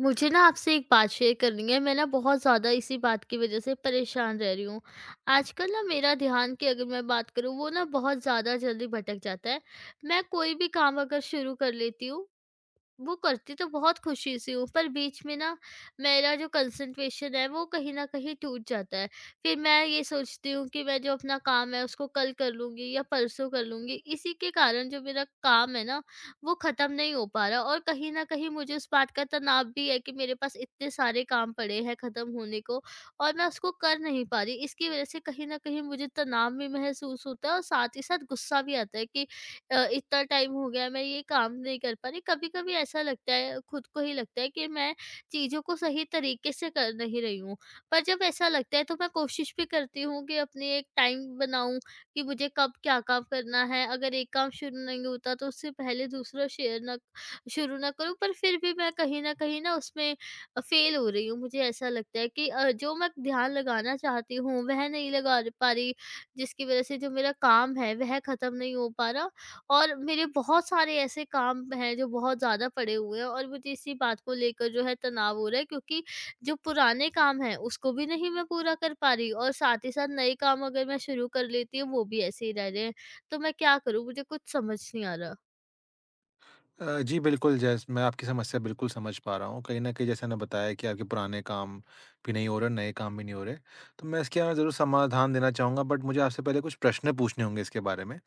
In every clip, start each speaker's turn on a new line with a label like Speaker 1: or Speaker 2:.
Speaker 1: मुझे ना आपसे एक बात शेयर करनी है, मैं ना बहुत ज़्यादा इसी बात की वज़ह से परेशान रह रही हूँ। आजकल ना मेरा ध्यान की अगर मैं बात करूँ, वो ना बहुत ज़्यादा जल्दी भटक जाता है। मैं कोई भी काम अगर शुरू कर लेती हूँ, वो करती तो बहुत खुशी से हूँ, पर बीच में ना मेरा जो कंसंट्रेशन है वो कहीं न कहीं टूट जाता है। फिर मैं ये सोचती हूँ कि मैं जो अपना काम है उसको कल कर लूँगी या परसों कर लूँगी। इसी के कारण जो मेरा काम है ना, वो ख़त्म नहीं हो पा रहा, और कहीं न कहीं मुझे उस बात का तनाव भी है कि मेरे पास इतने सारे काम पड़े हैं ख़त्म होने को, और मैं उसको कर नहीं पा रही। इसकी वज़ह से कहीं न कहीं मुझे तनाव भी महसूस होता है और साथ ही साथ गुस्सा भी आता है कि इतना टाइम हो गया है, मैं ये काम नहीं कर पा रही। कभी-कभी ऐसा लगता है, खुद को ही लगता है कि मैं चीज़ों को सही तरीके से कर नहीं रही हूँ। पर जब ऐसा लगता है तो मैं कोशिश भी करती हूँ कि अपनी एक टाइम बनाऊँ कि मुझे कब क्या काम करना है। अगर एक काम शुरू नहीं होता तो उससे पहले दूसरा शेयर ना शुरू ना करूँ, पर फिर भी मैं कहीं न कहीं ना उसमें फ़ेल हो रही हूँ। मुझे ऐसा लगता है कि जो मैं ध्यान लगाना चाहती हूँ वह नहीं लगा र पा रही, जिसकी वज़ह से जो मेरा काम है वह ख़त्म नहीं हो पा रहा। और मेरे बहुत सारे ऐसे काम हैं जो बहुत ज़्यादा पड़े हुए हैं, और मुझे इसी बात को लेकर जो है तनाव हो रहा है, क्योंकि जो पुराने काम हैं उसको भी नहीं मैं पूरा कर पा रही, और साथ ही साथ नए काम अगर मैं शुरू कर लेती हूँ वो भी ऐसे ही रह रहे हैं। तो मैं क्या करूँ, मुझे कुछ समझ नहीं आ रहा।
Speaker 2: जी, बिल्कुल, जैस मैं आपकी समस्या बिल्कुल समझ पा रहा हूँ। कहीं न कहीं जैसे आपने बताया कि आपके पुराने काम भी नहीं हो रहे, नए काम भी नहीं हो रहे। तो मैं इसके यहाँ ज़रूर समाधान देना चाहूँगा, बट मुझे आपसे पहले कुछ प्रश्न पूछने होंगे इसके बारे में।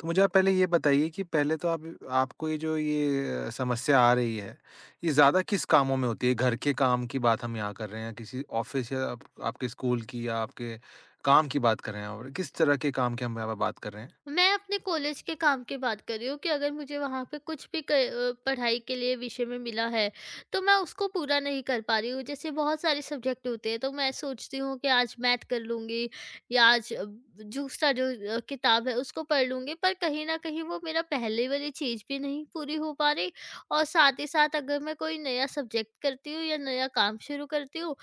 Speaker 2: तो मुझे आप पहले ये बताइए कि पहले तो आप आपको ये समस्या आ रही है, ये ज़्यादा किस कामों में होती है? घर के काम की बात हम यहाँ कर रहे हैं या किसी ऑफ़िस या आप आपके स्कूल की या आपके काम की बात कर रहे हैं और किस तरह के काम की हम यहाँ पे बात कर रहे हैं?
Speaker 1: मैं अपने कॉलेज के काम की बात कर रही हूँ कि अगर मुझे वहाँ पे कुछ भी पढ़ाई के लिए विषय में मिला है, तो मैं उसको पूरा नहीं कर पा रही हूँ। जैसे बहुत सारे सब्जेक्ट होते हैं, तो मैं सोचती हूँ कि आज मैथ कर लूँगी या आज दूसरा जो किताब है उसको पढ़ लूँगी। पर कहीं न कहीं वो मेरा पहले वाली चीज़ भी नहीं पूरी हो पा रही, और साथ ही साथ अगर मैं कोई नया सब्जेक्ट करती हूँ या नया काम शुरू करती हूँ,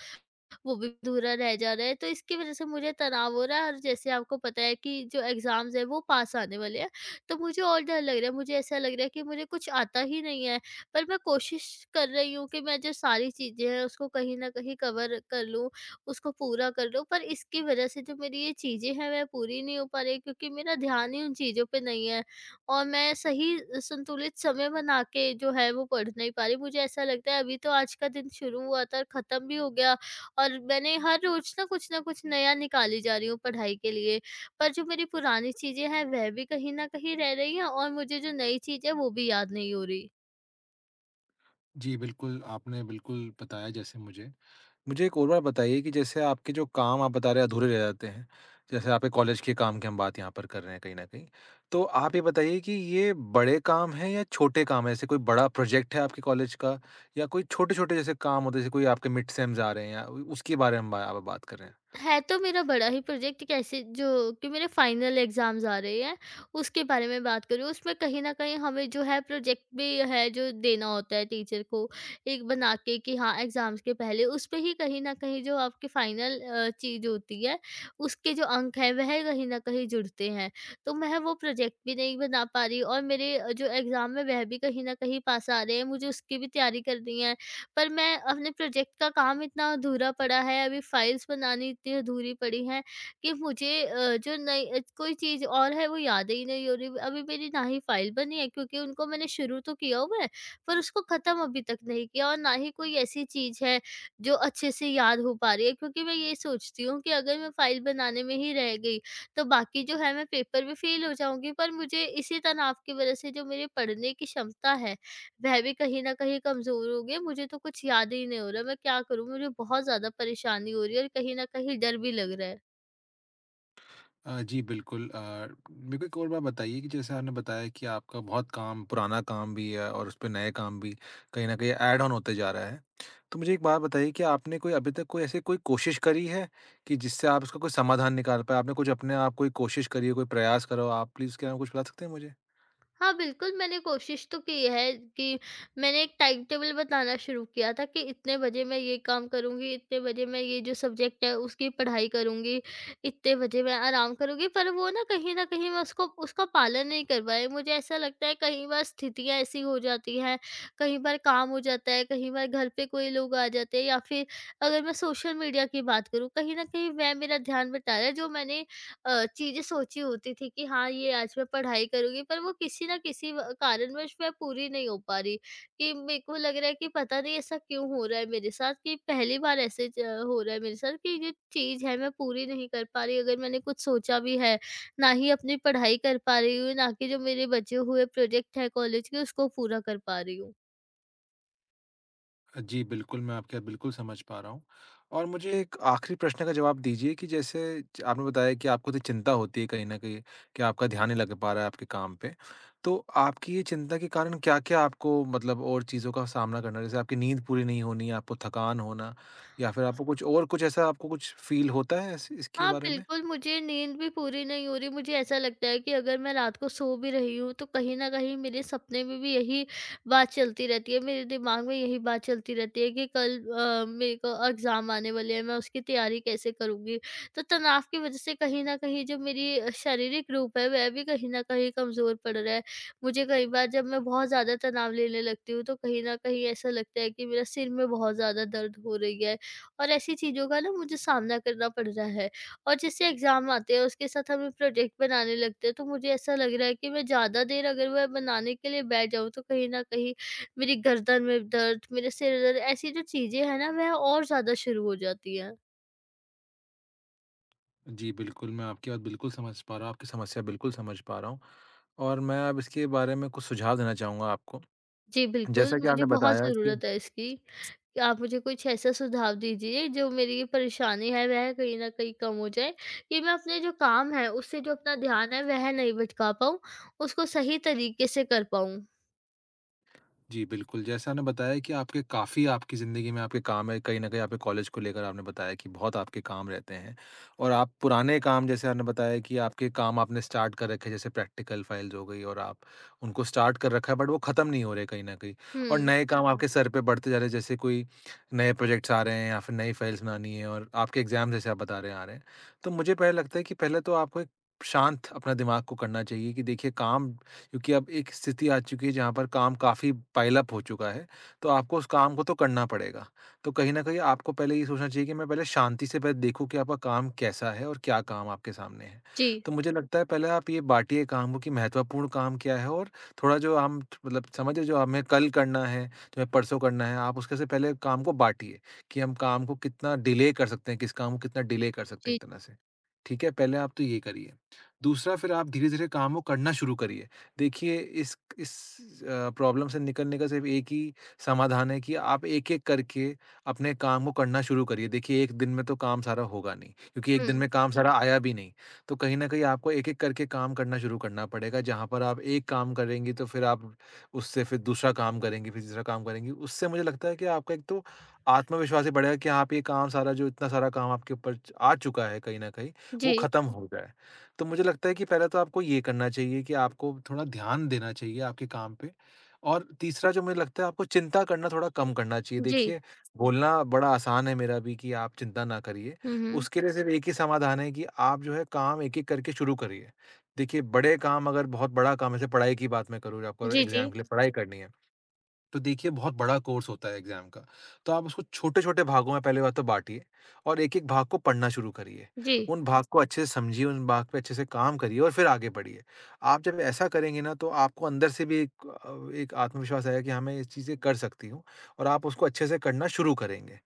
Speaker 1: वो भी अधूरा रह जा रहा है। तो इसकी वज़ह से मुझे तनाव हो रहा है, और जैसे आपको पता है कि जो एग्ज़ाम्स हैं वो पास आने वाले हैं, तो मुझे और डर लग रहा है। मुझे ऐसा लग रहा है कि मुझे कुछ आता ही नहीं है, पर मैं कोशिश कर रही हूँ कि मैं जो सारी चीज़ें हैं उसको कहीं न कहीं कवर कर लूँ, उसको पूरा कर लूँ, पर इसकी वज़ह से जो मेरी ये चीज़ें हैं वह पूरी नहीं हो पा रही, क्योंकि मेरा ध्यान ही उन चीज़ों पे नहीं है, और मैं सही संतुलित समय बना के जो है वो पढ़ नहीं पा रही। मुझे ऐसा लगता है अभी तो आज का दिन शुरू हुआ था और ख़त्म भी हो गया, और मैंने हर रोज़ ना कुछ न कुछ नया निकाली जा रही हूँ पढ़ाई के लिए। पर जो मेरी पुरानी चीज़ें हैं वह भी कहीं न कहीं रह रही हैं, और मुझे जो नई चीज़ है वो भी याद नहीं हो रही।
Speaker 2: जी, बिल्कुल, आपने बिल्कुल बताया जैसे मुझे। मुझे एक और बात बताइए कि जैसे आपके जो काम आप बता रहे हैं अधूरे रह जाते हैं, जैसे आपके कॉलेज के काम की हम बात यहाँ पर कर रहे हैं कहीं न कहीं। तो आप ये बताइए कि ये बड़े काम हैं या छोटे काम हैं? जैसे कोई बड़ा प्रोजेक्ट है आपके कॉलेज का या कोई छोटे-छोटे जैसे काम होते हैं, जैसे कोई आपके मिड सेम्स आ रहे हैं या उ उसके बारे में हम बा आप बात कर रहे हैं?
Speaker 1: है तो मेरा बड़ा ही प्रोजेक्ट, कैसे जो कि मेरे फाइनल एग्ज़ाम्स आ रहे हैं, उसके बारे में बात करूँ। उसमें कहीं न कहीं हमें जो है प्रोजेक्ट भी है जो देना होता है टीचर को, एक बना के कि हाँ, एग्ज़ाम्स के पहले। उसपे ही कहीं न कहीं जो आपकी फाइनल चीज़ होती है, उसके जो अंक हैं वह कहीं न कहीं जुड़ते हैं। तो मैं वो प्रोजेक्ट भी नहीं बना पा रही, और मेरे जो एग्ज़ाम है वह भी कहीं न कहीं पास आ रहे हैं। मुझे उसकी भी तैयारी करनी है, पर मैं अपने प्रोजेक्ट का काम इतना अधूरा पड़ा है, अभी फाइल्स बनानी इतनी अधूरी पड़ी हैं कि मुझे जो नई कोई चीज़ और है वो याद ही नहीं हो रही। अभी मेरी ना ही फाइल बनी है, क्योंकि उनको मैंने शुरू तो किया हुआ है, पर उसको ख़त्म अभी तक नहीं किया, और ना ही कोई ऐसी चीज़ है जो अच्छे से याद हो पा रही है, क्योंकि मैं ये सोचती हूँ कि अगर मैं फाइल बनाने में ही रह गई, तो बाकी जो है मैं पेपर में फेल हो जाऊँगी। पर मुझे इसी तनाव की वज़ह से जो मेरे पढ़ने की क्षमता है वह भी कहीं न कहीं कमज़ोर हो गए, मुझे तो कुछ याद ही नहीं हो रहा, मैं क्या करूँ? मुझे बहुत ज़्यादा परेशानी हो रही है, और कहीं न कहीं डर भी लग रहा है।
Speaker 2: जी बिल्कुल, मेरे को एक और बात बताइए कि जैसे आपने बताया कि आपका बहुत काम पुराना काम भी है और उसपे नए काम भी कहीं न कहीं ऐड ऑन होते जा रहा है। तो मुझे एक बात बताइए कि आपने कोई अभी तक कोई ऐसी कोई कोशिश करी है कि जिससे आप उसका कोई समाधान निकाल पाएँ? आपने कुछ अपने आप कोई कोशिश करी हो, कोई प्रयास करा हो? आप प्लीज़ क्या कुछ बता सकते हैं मुझे?
Speaker 1: हाँ, बिल्कुल, मैंने कोशिश तो की है कि मैंने एक टाइम टेबल बताना शुरू किया था कि इतने बजे मैं ये काम करूँगी, इतने बजे मैं ये जो सब्जेक्ट है उसकी पढ़ाई करूँगी, इतने बजे मैं आराम करूँगी। पर वो ना कहीं न कहीं मैं उसको उसका पालन नहीं कर पाई। मुझे ऐसा लगता है कई बार स्थितियाँ ऐसी हो जाती हैं, कई बार काम हो जाता है, कई बार घर पे कोई लोग आ जाते हैं, या फिर अगर मैं सोशल मीडिया की बात करूँ, कहीं न कहीं वह मेरा ध्यान बटा रहा है। जो मैंने चीज़ें सोची होती थी कि हाँ ये आज मैं पढ़ाई करूँगी, पर वो किसी ना किसी कारणवश मैं पूरी नहीं हो पा रही, कि मेरे को लग रहा है कि पता नहीं ऐसा क्यों हो रहा है मेरे साथ, कि पहली बार ऐसे हो रहा है मेरे साथ कि ये चीज़ है मैं पूरी नहीं कर पा रही, अगर मैंने कुछ सोचा भी है। ना ही अपनी पढ़ाई कर पा रही हूँ, ना कि जो मेरे बचे हुए प्रोजेक्ट है कॉलेज के उसको पूरा कर पा रही हूँ।
Speaker 2: जी, बिल्कुल, मैं आपकी बात बिल्कुल समझ पा रहा हूँ। और मुझे एक आखिरी प्रश्न का जवाब दीजिए कि जैसे च आपने बताया कि आपको तो चिंता होती है कहीं न कहीं कि आपका ध्यान नहीं लग पा रहा है आपके काम पे। तो आपकी ये चिंता के कारण क्या-क्या आपको मतलब और चीज़ों का सामना करना है? जैसे आपकी नींद पूरी नहीं होनी, आपको थकान होना या फिर आपको कुछ और कुछ ऐसा आपको कुछ फ़ील होता है इस इसके
Speaker 1: हाँ,
Speaker 2: बारे में?
Speaker 1: बिल्कुल, मुझे नींद भी पूरी नहीं हो रही, मुझे ऐसा लगता है कि अगर मैं रात को सो भी रही हूँ, तो कहीं न कहीं मेरे सपने में भी यही बात चलती रहती है, मेरे दिमाग में यही बात चलती रहती है कि कल मेरे को एग्ज़ाम आने वाले हैं, मैं उसकी तैयारी कैसे करूँगी? तो तनाव की वजह से कहीं न कहीं जो मेरी शारीरिक रूप है, वह भी कहीं न कहीं कमज़ोर पड़ रहा है। मुझे कई बार जब मैं बहुत ज़्यादा तनाव लेने लगती हूँ, तो कहीं न कहीं ऐसा लगता है कि मेरा सिर में बहुत ज़्यादा दर्द हो रही है, और ऐसी चीज़ों का ना मुझे सामना करना पड़ रहा है। और जैसे एग्ज़ाम आते हैं उसके साथ हमें प्रोजेक्ट बनाने लगते हैं, तो मुझे ऐसा लग रहा है कि मैं ज़्यादा देर अगर वह बनाने के लिए बैठ जाऊँ तो कहीं न कहीं मेरी गर्दन में दर्द, मेरे सिर दर्द, ऐसी जो चीज़ें हैं ना वह और ज़्यादा शुरू हो जाती हैं।
Speaker 2: जी, बिल्कुल, मैं आपकी बात बिल्कुल समझ पा रहा हूँ, आपकी समस्या बिल्कुल समझ पा रहा हूँ। और मैं अब इसके बारे में कुछ सुझाव देना चाहूँगा आपको।
Speaker 1: जी बिल्कुल,
Speaker 2: जैसा कि
Speaker 1: मुझे
Speaker 2: आपने
Speaker 1: बहुत
Speaker 2: बताया कि।
Speaker 1: ज़रूरत है इसकी। कि आप मुझे कुछ ऐसा सुझाव दीजिए जो मेरी ये परेशानी है वह कहीं न कहीं कम हो जाए, कि मैं अपने जो काम है उससे जो अपना ध्यान है वह नहीं भटका पाऊँ, उसको सही तरीके से कर पाऊँ।
Speaker 2: जी, बिल्कुल। जैसे आपने बताया कि आपके काफ़ी आपकी ज़िंदगी में आपके काम है, कहीं न कहीं आपके कॉलेज को लेकर आपने बताया कि बहुत आपके काम रहते हैं और आप पुराने काम जैसे आपने बताया कि आपके काम आपने स्टार्ट कर रखे हैं, जैसे प्रैक्टिकल फाइल्स हो गई और आप उनको स्टार्ट कर रखा है, बट वो ख़त्म नहीं हो रहे कहीं न कहीं। और
Speaker 1: हुँ।
Speaker 2: नए काम आपके सर पे बढ़ते जा रहे हैं, जैसे कोई नए प्रोजेक्ट्स आ रहे हैं या फिर नई फाइल्स बनानी है और आपके एग्ज़ाम जैसे आप बता रहे हैं आ रहे हैं। तो मुझे पहले लगता है कि पहले तो आपको एक शांत अपना दिमाग को करना चाहिए कि देखिए काम, क्योंकि अब एक स्थिति आ चुकी है जहाँ पर काम काफ़ी पाइल अप हो चुका है, तो आपको उस काम को तो करना पड़ेगा। तो कहीं न कहीं आपको पहले ये सोचना चाहिए कि मैं पहले शांति से पहले देखूँ कि आपका काम कैसा है और क्या काम आपके सामने है।
Speaker 1: जी,
Speaker 2: तो मुझे लगता है पहले आप ये बाँटिए काम को कि महत्वपूर्ण काम क्या है और थोड़ा जो हम मतलब समझे, जो हमें कल करना है, जो हमें परसों करना है, आप उसके से पहले काम को बाँटिए कि हम काम को कितना डिले कर सकते हैं, किस काम को कितना डिले कर सकते हैं
Speaker 1: जी।
Speaker 2: एक तरह से। ठीक है? पहले आप तो ये करिए। दूसरा, फिर आप धीरे-धीरे काम को करना शुरू करिए। देखिए, इस प्रॉब्लम से निकलने का सिर्फ एक ही समाधान है कि आप एक-एक करके अपने काम को करना शुरू करिए। देखिए, 1 दिन में तो काम सारा होगा नहीं, क्योंकि 1
Speaker 1: हुँ,
Speaker 2: दिन में काम सारा आया भी नहीं। तो कहीं न कहीं आपको एक-एक करके काम करना शुरू करना पड़ेगा, जहाँ पर आप एक काम करेंगी तो फिर आप उससे फिर दूसरा काम करेंगी, फिर तीसरा काम करेंगी। उससे मुझे लगता है कि आपका एक तो आत्मविश्वास ही बढ़ेगा कि हाँ, आप ये काम सारा जो इतना सारा काम आपके ऊपर च आ चुका है कहीं न कहीं,
Speaker 1: जी।
Speaker 2: वो खत्म हो जाए। तो मुझे लगता है कि पहले तो आपको ये करना चाहिए कि आपको थोड़ा ध्यान देना चाहिए आपके काम पे। और तीसरा जो मुझे लगता है, आपको चिंता करना थोड़ा कम करना चाहिए।
Speaker 1: जी।
Speaker 2: देखिए, बोलना बड़ा आसान है मेरा भी कि आप चिंता ना करिए।
Speaker 1: हुँ, हुँ।
Speaker 2: उसके लिए सिर्फ़ एक ही समाधान है कि आप जो है काम एक-एक करके शुरू करिए। देखिए, बड़े काम अगर बहुत बड़ा काम है, जैसे पढ़ाई की बात मैं करूँ, आपको
Speaker 1: जी, जी।
Speaker 2: एग्ज़ाम के लिए पढ़ाई करनी है। तो देखिए बहुत बड़ा कोर्स होता है एग्जाम का, तो आप उसको छोटे-छोटे भागों में पहली बात तो बाँटिए और एक-एक भाग को पढ़ना शुरू करिए।
Speaker 1: जी।
Speaker 2: उन भाग को अच्छे से समझिए, उन भाग पे अच्छे से काम करिए और फिर आगे बढ़िए। आप जब ऐसा करेंगे ना, तो आपको अंदर से भी एक आत्मविश्वास आएगा कि हाँ, मैं ये चीज़ें कर सकती हूँ और आप उसको अच्छे से करना शुरू करेंगे।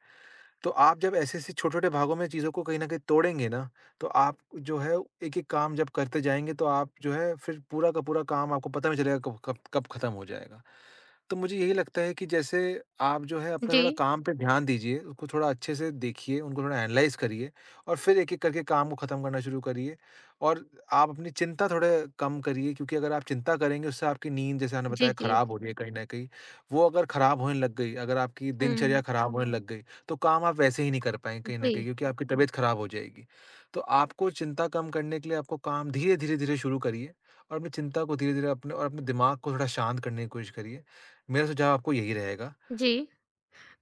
Speaker 2: तो आप जब ऐसे-ऐसे छोटे-छोटे भागों में चीज़ों को कहीं न कहीं तोड़ेंगे ना, तो आप जो है एक-एक काम जब करते जाएँगे, तो आप जो है फिर पूरा का पूरा काम आपको पता नहीं चलेगा कब कब कब खत्म हो जाएगा। तो मुझे यही लगता है कि जैसे आप जो है अपना
Speaker 1: जी।
Speaker 2: थोड़ा काम पे ध्यान दीजिए, उसको थोड़ा अच्छे से देखिए, उनको थोड़ा एनालाइज़ करिए और फिर एक-एक करके काम को ख़त्म करना शुरू करिए और आप अपनी चिंता थोड़े कम करिए, क्योंकि अगर आप चिंता करेंगे उससे आपकी नींद, जैसे आपने
Speaker 1: जी,
Speaker 2: बताया,
Speaker 1: जी।
Speaker 2: ख़राब हो रही है कहीं न कहीं, वो अगर ख़राब होने लग गई, अगर आपकी
Speaker 1: हुँ।
Speaker 2: दिनचर्या ख़राब होने लग गई, तो काम आप वैसे ही नहीं कर पाएँगे कहीं न कहीं,
Speaker 1: जी,
Speaker 2: क्योंकि आपकी तबीयत ख़राब हो जाएगी। तो आपको चिंता कम करने के लिए आपको काम धीरे, धीरे, धीरे शुरू करिए और अपनी चिंता को धीरे-धीरे अपने दिमाग को थोड़ा शांत करने की कोशिश करिए। मेरा सुझाव आपको यही रहेगा।
Speaker 1: जी।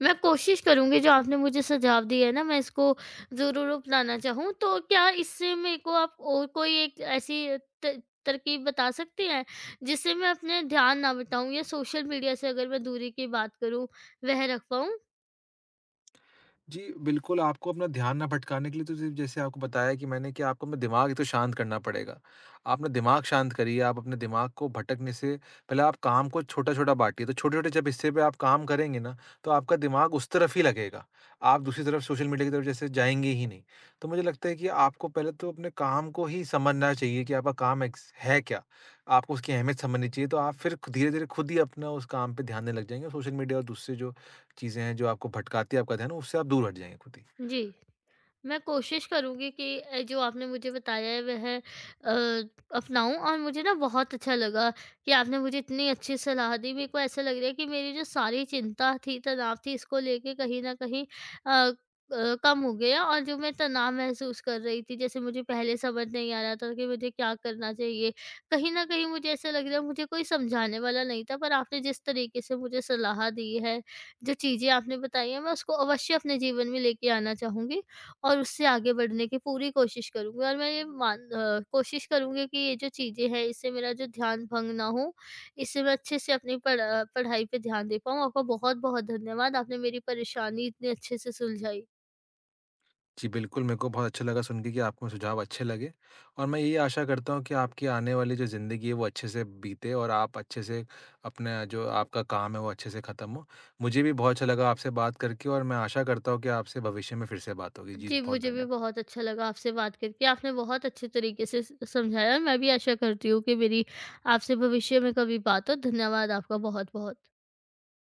Speaker 1: मैं कोशिश करूँगी जो आपने मुझे सुझाव दिए हैं ना, मैं इसको ज़रूर अपनाना चाहूँ। तो क्या इससे मेरे को आप और कोई एक ऐसी त तरकीब बता सकते हैं जिससे मैं अपने ध्यान ना भटाऊँ, या सोशल मीडिया से अगर मैं दूरी की बात करूँ वह रख पाऊँ?
Speaker 2: जी, बिल्कुल। आपको अपना ध्यान ना भटकाने के लिए तो सिर्फ़, जैसे आपको बताया कि मैंने, कि आपको अपना दिमाग एक तो शांत करना पड़ेगा। आप अपना दिमाग शांत करिए, आप अपने दिमाग को भटकने से पहले आप काम को छोटा-छोटा बाँटिए, तो छोटे-छोटे जब हिस्से पे आप काम करेंगे ना, तो आपका दिमाग उस तरफ ही लगेगा। आप दूसरी तरफ सोशल मीडिया की तरफ जैसे जाएँगे ही नहीं। तो मुझे लगता है कि आपको पहले तो अपने काम को ही समझना चाहिए कि आपका काम एक्स है क्या? आपको उसकी अहमियत समझनी चाहिए, तो आप फिर ख धीरे-धीरे खुद ही अपना उस काम पे ध्यान देने लग जाएँगे और सोशल मीडिया और दूसरे जो चीज़ें हैं जो आपको भटकाती है आपका ध्यान, उससे आप दूर हट जाएँगे खुद ही।
Speaker 1: जी। मैं कोशिश करूँगी कि जो आपने मुझे बताया है वह अपनाऊँ, और मुझे ना बहुत अच्छा लगा कि आपने मुझे इतनी अच्छी सलाह दी। मेरे को ऐसा लग रहा है कि मेरी जो सारी चिंता थी, तनाव थी, इसको लेके कहीं न कहीं अ कम हो गया, और जो मैं तनाव महसूस कर रही थी, जैसे मुझे पहले समझ नहीं आ रहा था कि मुझे क्या करना चाहिए। कहीं न कहीं मुझे ऐसा लग रहा है मुझे कोई समझाने वाला नहीं था, पर आपने जिस तरीके से मुझे सलाह दी है, जो चीज़ें आपने बताई हैं, मैं उसको अवश्य अपने जीवन में लेके आना चाहूँगी। और उससे आगे बढ़ने की पूरी कोशिश करूँगी, और मैं ये कोशिश करूँगी कि ये जो चीज़ें हैं इससे मेरा जो ध्यान भंग ना हो, इससे मैं अच्छे से अपनी पढ़ाई पे ध्यान दे पाऊँ। आपका बहुत-बहुत धन्यवाद, आपने मेरी परेशानी इतने अच्छे से सुलझाई।
Speaker 2: जी, बिल्कुल, मेरे को बहुत अच्छा लगा सुन के कि आपको मेरे सुझाव अच्छे लगे और मैं यही आशा करता हूँ कि आपकी आने वाली जो ज़िंदगी है वो अच्छे से बीते और आप अच्छे से अपना जो आपका काम है वो अच्छे से ख़त्म हो। मुझे भी बहुत अच्छा लगा आपसे बात करके और मैं आशा करता हूँ कि आपसे भविष्य में फिर से बात होगी। जी,
Speaker 1: जी,
Speaker 2: बहुत
Speaker 1: मुझे भी
Speaker 2: धन्य
Speaker 1: बहुत अच्छा लगा आपसे बात करके, आपने बहुत अच्छे तरीके से स समझाया। मैं भी आशा करती हूँ कि मेरी आपसे भविष्य में कभी बात हो। धन्यवाद आपका बहुत-बहुत।